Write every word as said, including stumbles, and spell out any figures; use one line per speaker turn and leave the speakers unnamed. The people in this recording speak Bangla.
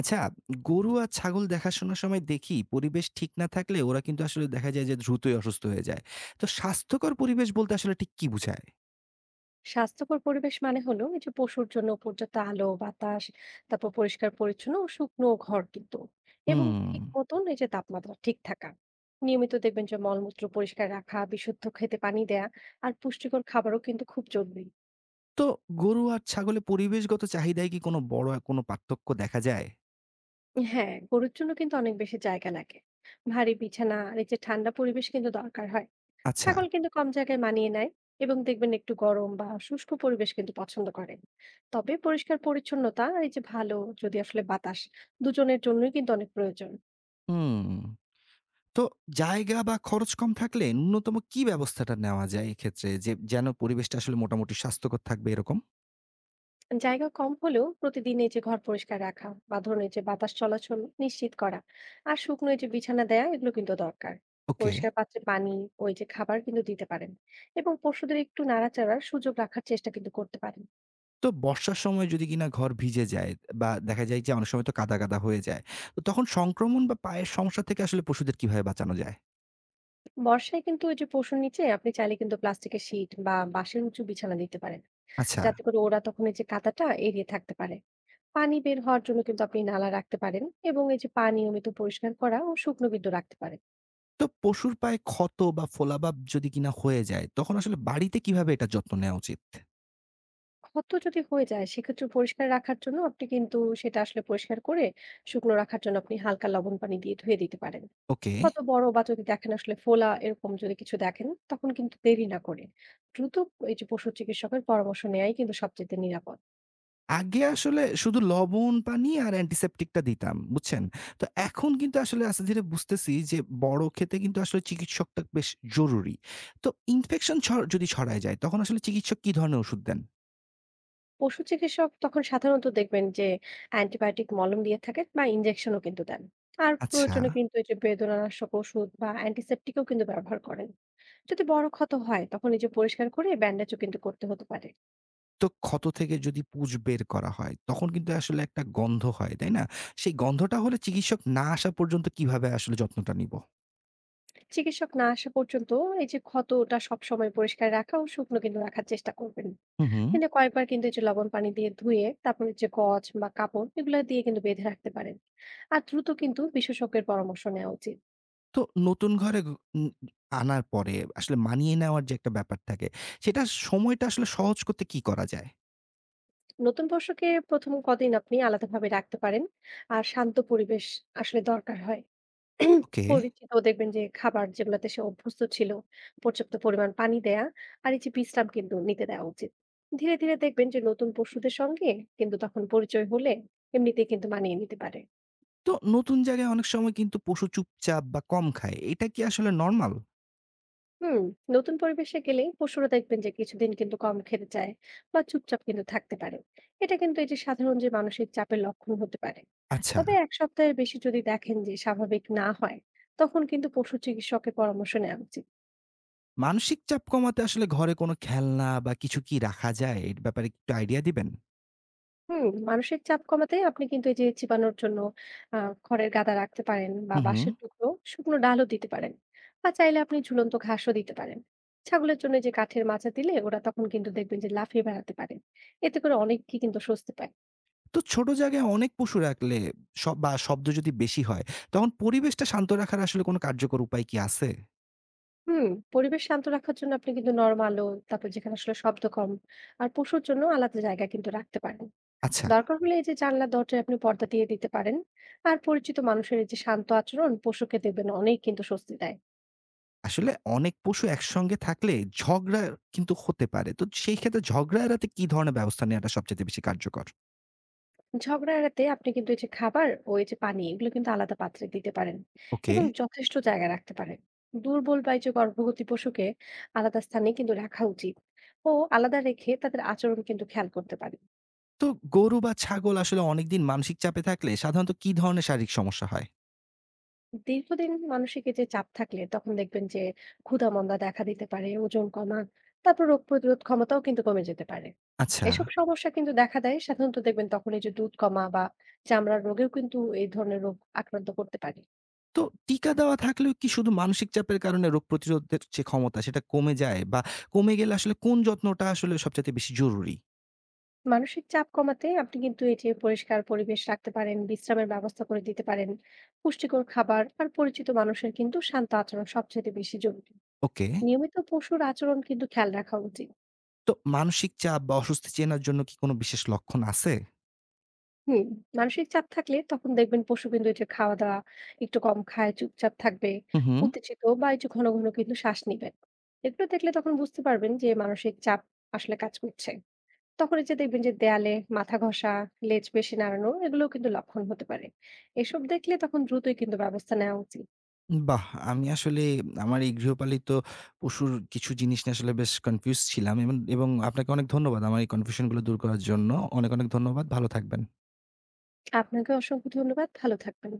আচ্ছা, গরু আর ছাগল দেখাশোনার সময় দেখি পরিবেশ ঠিক না থাকলে ওরা কিন্তু আসলে দেখা যায় যে দ্রুতই অসুস্থ হয়ে যায়। তো স্বাস্থ্যকর পরিবেশ বলতে আসলে ঠিক কি বুঝায়?
স্বাস্থ্যকর পরিবেশ মানে হলো এই যে পশুর জন্য পর্যাপ্ত আলো বাতাস, তারপর পরিষ্কার পরিচ্ছন্ন ও শুকনো ঘর কিন্তু এবং
হুম।
ঠিক মতন এই যে তাপমাত্রা ঠিক থাকা, নিয়মিত দেখবেন যে মলমূত্র পরিষ্কার রাখা, বিশুদ্ধ খেতে পানি দেয়া আর পুষ্টিকর খাবারও কিন্তু খুব জরুরি।
তো গরু আর ছাগলে পরিবেশগত চাহিদায় কি কোনো বড় কোনো পার্থক্য দেখা যায়?
হ্যাঁ, গরুর জন্য কিন্তু অনেক বেশি জায়গা লাগে, ভারী বিছানা আর এই যে ঠান্ডা পরিবেশ কিন্তু দরকার হয়।
আচ্ছা।
ছাগল কিন্তু কম জায়গায় মানিয়ে নেয়, এবং দেখবেন একটু গরম বা শুষ্ক পরিবেশ কিন্তু পছন্দ করে। তবে পরিষ্কার পরিচ্ছন্নতা আর এই যে ভালো যদি আসলে বাতাস দুজনের জন্যই কিন্তু অনেক প্রয়োজন।
হুম। তো জায়গা বা খরচ কম থাকলে ন্যূনতম কি ব্যবস্থাটা নেওয়া যায় এক্ষেত্রে যে যেন পরিবেশটা আসলে মোটামুটি স্বাস্থ্যকর থাকবে এরকম?
জায়গা কম হলেও প্রতিদিন এই যে ঘর পরিষ্কার রাখা বা ধরুন এই যে বাতাস চলাচল নিশ্চিত করা, আর শুকনো এই যে বিছানা দেয়া এগুলো কিন্তু দরকার।
ওকে।
পরিষ্কার পাত্রে পানি, ওই যে খাবার কিন্তু দিতে পারেন, এবং পশুদের একটু নাড়াচাড়ার সুযোগ রাখার চেষ্টা কিন্তু করতে পারেন।
তো বর্ষার সময় যদি কিনা ঘর ভিজে যায় বা দেখা যায় যে অনেক সময় তো কাদা, কাদা হয়ে যায়। তো তখন সংক্রমণ বা পায়ের সমস্যা থেকে আসলে পশুদের কিভাবে বাঁচানো যায়?
বর্ষায় কিন্তু ওই যে পশুর নিচে আপনি চাইলে কিন্তু প্লাস্টিকের শিট বা বাঁশের উঁচু বিছানা দিতে পারেন,
আচ্ছা।
যাতে করে ওরা তখন এই যে কাদাটা এড়িয়ে থাকতে পারে। পানি বের হওয়ার জন্য কিন্তু আপনি নালা রাখতে পারেন, এবং এই যে পা নিয়মিত পরিষ্কার করা ও শুকনো বিন্দু রাখতে পারেন।
তো পশুর পায়ে ক্ষত বা ফোলাভাব যদি কিনা হয়ে যায়, তখন আসলে বাড়িতে কিভাবে এটার যত্ন নেওয়া উচিত?
ক্ষত যদি হয়ে যায় সেক্ষেত্রে পরিষ্কার রাখার জন্য আপনি কিন্তু সেটা আসলে পরিষ্কার করে, শুকনো রাখার জন্য আপনি হালকা লবণ পানি দিয়ে ধুয়ে দিতে পারেন।
ওকে।
কত বড় বা যদি দেখেন আসলে ফোলা এরকম যদি কিছু দেখেন তখন কিন্তু দেরি না করে দ্রুত এই যে পশু চিকিৎসকের পরামর্শ নেওয়াই কিন্তু সবচেয়ে নিরাপদ।
আগে আসলে শুধু লবণ, পানি আর অ্যান্টিসেপ্টিকটা দিতাম, বুঝছেন? তো এখন কিন্তু আসলে আস্তে ধীরে বুঝতেছি যে বড় ক্ষেতে কিন্তু আসলে চিকিৎসকটা বেশ জরুরি। তো ইনফেকশন ছ যদি ছড়ায় যায়, তখন আসলে চিকিৎসক কি ধরনের ওষুধ দেন?
পশু চিকিৎসক তখন সাধারণত দেখবেন যে অ্যান্টিবায়োটিক মলম দিয়ে থাকেন বা ইনজেকশনও কিন্তু দেন, আর
আচ্ছা।
প্রয়োজনে কিন্তু এই যে বেদনানাশক ওষুধ বা অ্যান্টিসেপ্টিকও কিন্তু ব্যবহার করেন। যদি বড় ক্ষত হয় তখন এই যে পরিষ্কার করে ব্যান্ডেজও কিন্তু করতে হতে পারে।
তো ক্ষত থেকে যদি পুঁজ বের করা হয়, তখন কিন্তু আসলে একটা গন্ধ হয়, তাই না? সেই গন্ধটা হলে চিকিৎসক না আসা পর্যন্ত কিভাবে আসলে যত্নটা নিব?
চিকিৎসক না আসা পর্যন্ত এই যে ক্ষতটা সবসময় পরিষ্কার রাখা ও শুকনো কিন্তু রাখার চেষ্টা করবেন।
হুম, হুম।
কিন্তু কয়েকবার কিন্তু এই যে লবণ পানি দিয়ে ধুয়ে তারপরে যে গজ বা কাপড় এগুলো দিয়ে কিন্তু বেঁধে রাখতে পারেন, আর দ্রুত কিন্তু বিশেষজ্ঞের পরামর্শ নেওয়া উচিত।
তো নতুন ঘরে গ উম আনার পরে আসলে মানিয়ে নেওয়ার যে একটা ব্যাপার থাকে, সেটার সময়টা আসলে সহজ করতে কি করা যায়?
নতুন পোশাকে প্রথম কদিন আপনি আলাদাভাবে রাখতে পারেন। আর শান্ত পরিবেশ আসলে দরকার হয়।
ওকে।
পরিচিত দেখবেন যে খাবার যেগুলাতে সে অভ্যস্ত ছিল, পর্যাপ্ত পরিমাণ পানি দেয়া আর এই যে বিশ্রাম কিন্তু নিতে দেওয়া উচিত। ধীরে, ধীরে দেখবেন যে নতুন পশুদের সঙ্গে কিন্তু তখন পরিচয় হলে এমনিতেই কিন্তু মানিয়ে নিতে পারে।
তো নতুন জায়গায় অনেক সময় কিন্তু পশু চুপচাপ বা কম খায়। এটা কি আসলে নরমাল?
হুম, নতুন পরিবেশে গেলে পশুরা দেখবেন যে কিছুদিন কিন্তু কম খেতে চায় বা চুপচাপ কিন্তু থাকতে পারে। এটা কিন্তু এই যে সাধারণ যে মানসিক চাপের লক্ষণ হতে পারে।
আচ্ছা।
তবে এক সপ্তাহের বেশি যদি দেখেন যে স্বাভাবিক না হয় তখন কিন্তু পশু চিকিৎসকের পরামর্শ নেওয়া উচিত।
মানসিক চাপ কমাতে আসলে ঘরে কোনো খেলনা বা কিছু কি রাখা যায়? এর ব্যাপারে একটু আইডিয়া দিবেন?
হুম, মানসিক চাপ কমাতে আপনি কিন্তু এই যে চিবানোর জন্য আহ খড়ের গাদা রাখতে পারেন বা
হুম, হুম।
বাঁশের টুকরো, শুকনো ডালও দিতে পারেন, বা চাইলে আপনি ঝুলন্ত ঘাসও দিতে পারেন। ছাগলের জন্য যে কাঠের মাচা দিলে ওরা তখন কিন্তু দেখবেন যে লাফিয়ে বেড়াতে পারে, এতে করে অনেকেই কিন্তু স্বস্তি পায়।
তো ছোট জায়গায় অনেক পশু রাখলে শ বা শব্দ যদি বেশি হয়, তখন পরিবেশটা শান্ত রাখার আসলে কোনো কার্যকর উপায় কি আছে?
হুম, পরিবেশ শান্ত রাখার জন্য আপনি কিন্তু নরম আলো, তারপর যেখানে আসলে শব্দ কম, আর পশুর জন্য আলাদা জায়গা কিন্তু রাখতে পারেন।
আচ্ছা,
দরকার হলে এই যে জানলা দরজায় আপনি পর্দা দিয়ে দিতে পারেন। আর পরিচিত মানুষের এই যে শান্ত আচরণ পশুকে দেখবেন অনেক কিন্তু স্বস্তি দেয়।
আসলে অনেক পশু একসঙ্গে থাকলে ঝগড়া কিন্তু হতে পারে। তো সেই ক্ষেত্রে ঝগড়া এড়াতে কি ধরনের ব্যবস্থা নেওয়াটা সবচাইতে বেশি কার্যকর?
ঝগড়া এড়াতে আপনি কিন্তু এই যে খাবার ও এই যে পানি এগুলো কিন্তু আলাদা পাত্রে দিতে পারেন,
ওকে।
এবং যথেষ্ট জায়গা রাখতে পারেন। দুর্বল বা এই যে গর্ভবতী পশুকে আলাদা স্থানে কিন্তু রাখা উচিত, ও আলাদা রেখে তাদের আচরণ কিন্তু খেয়াল করতে পারেন।
তো গরু বা ছাগল আসলে অনেকদিন মানসিক চাপে থাকলে সাধারণত কি ধরনের শারীরিক সমস্যা হয়?
দীর্ঘদিন মানসিক এই যে চাপ থাকলে তখন দেখবেন যে ক্ষুধা মন্দা দেখা দিতে পারে, ওজন কমা, তারপর রোগ প্রতিরোধ ক্ষমতাও কিন্তু কমে যেতে পারে।
আচ্ছা।
এসব সমস্যা কিন্তু দেখা দেয় সাধারণত, দেখবেন তখন এই যে দুধ কমা বা চামড়ার রোগেও কিন্তু এই ধরনের রোগ আক্রান্ত করতে পারে।
তো টিকা দেওয়া থাকলেও কি শুধু মানসিক চাপের কারণে রোগ প্রতিরোধের যে ক্ষমতা সেটা কমে যায় বা কমে গেলে আসলে কোন যত্নটা আসলে সবচাইতে বেশি জরুরি?
মানসিক চাপ কমাতে আপনি কিন্তু এই যে পরিষ্কার পরিবেশ রাখতে পারেন, বিশ্রামের ব্যবস্থা করে দিতে পারেন, পুষ্টিকর খাবার আর পরিচিত মানুষের কিন্তু শান্ত আচরণ সবচেয়ে বেশি জরুরি।
ওকে।
নিয়মিত পশুর আচরণ কিন্তু খেয়াল রাখা উচিত।
তো মানসিক চাপ বা অস্বস্তি চেনার জন্য কি কোনো বিশেষ লক্ষণ আছে?
হুম, মানসিক চাপ থাকলে তখন দেখবেন পশু কিন্তু এই যে খাওয়া দাওয়া একটু কম খায়, চুপচাপ থাকবে,
হু, হু।
উত্তেজিত বা এই যে ঘন ঘন কিন্তু শ্বাস নিবে। এগুলো দেখলে তখন বুঝতে পারবেন যে মানসিক চাপ আসলে কাজ করছে। তখন এই যে দেখবেন যে দেয়ালে মাথা ঘষা, লেজ বেশি নাড়ানো এগুলোও কিন্তু লক্ষণ হতে পারে। এসব দেখলে তখন দ্রুতই কিন্তু ব্যবস্থা নেওয়া উচিত।
বাহ! আমি আসলে আমার এই গৃহপালিত পশুর কিছু জিনিস নিয়ে আসলে বেশ কনফিউজড ছিলাম এবং এবং আপনাকে অনেক ধন্যবাদ আমার এই কনফিউশন গুলো দূর করার জন্য। অনেক, অনেক ধন্যবাদ। ভালো থাকবেন।
আপনাকে অসংখ্য ধন্যবাদ, ভালো থাকবেন।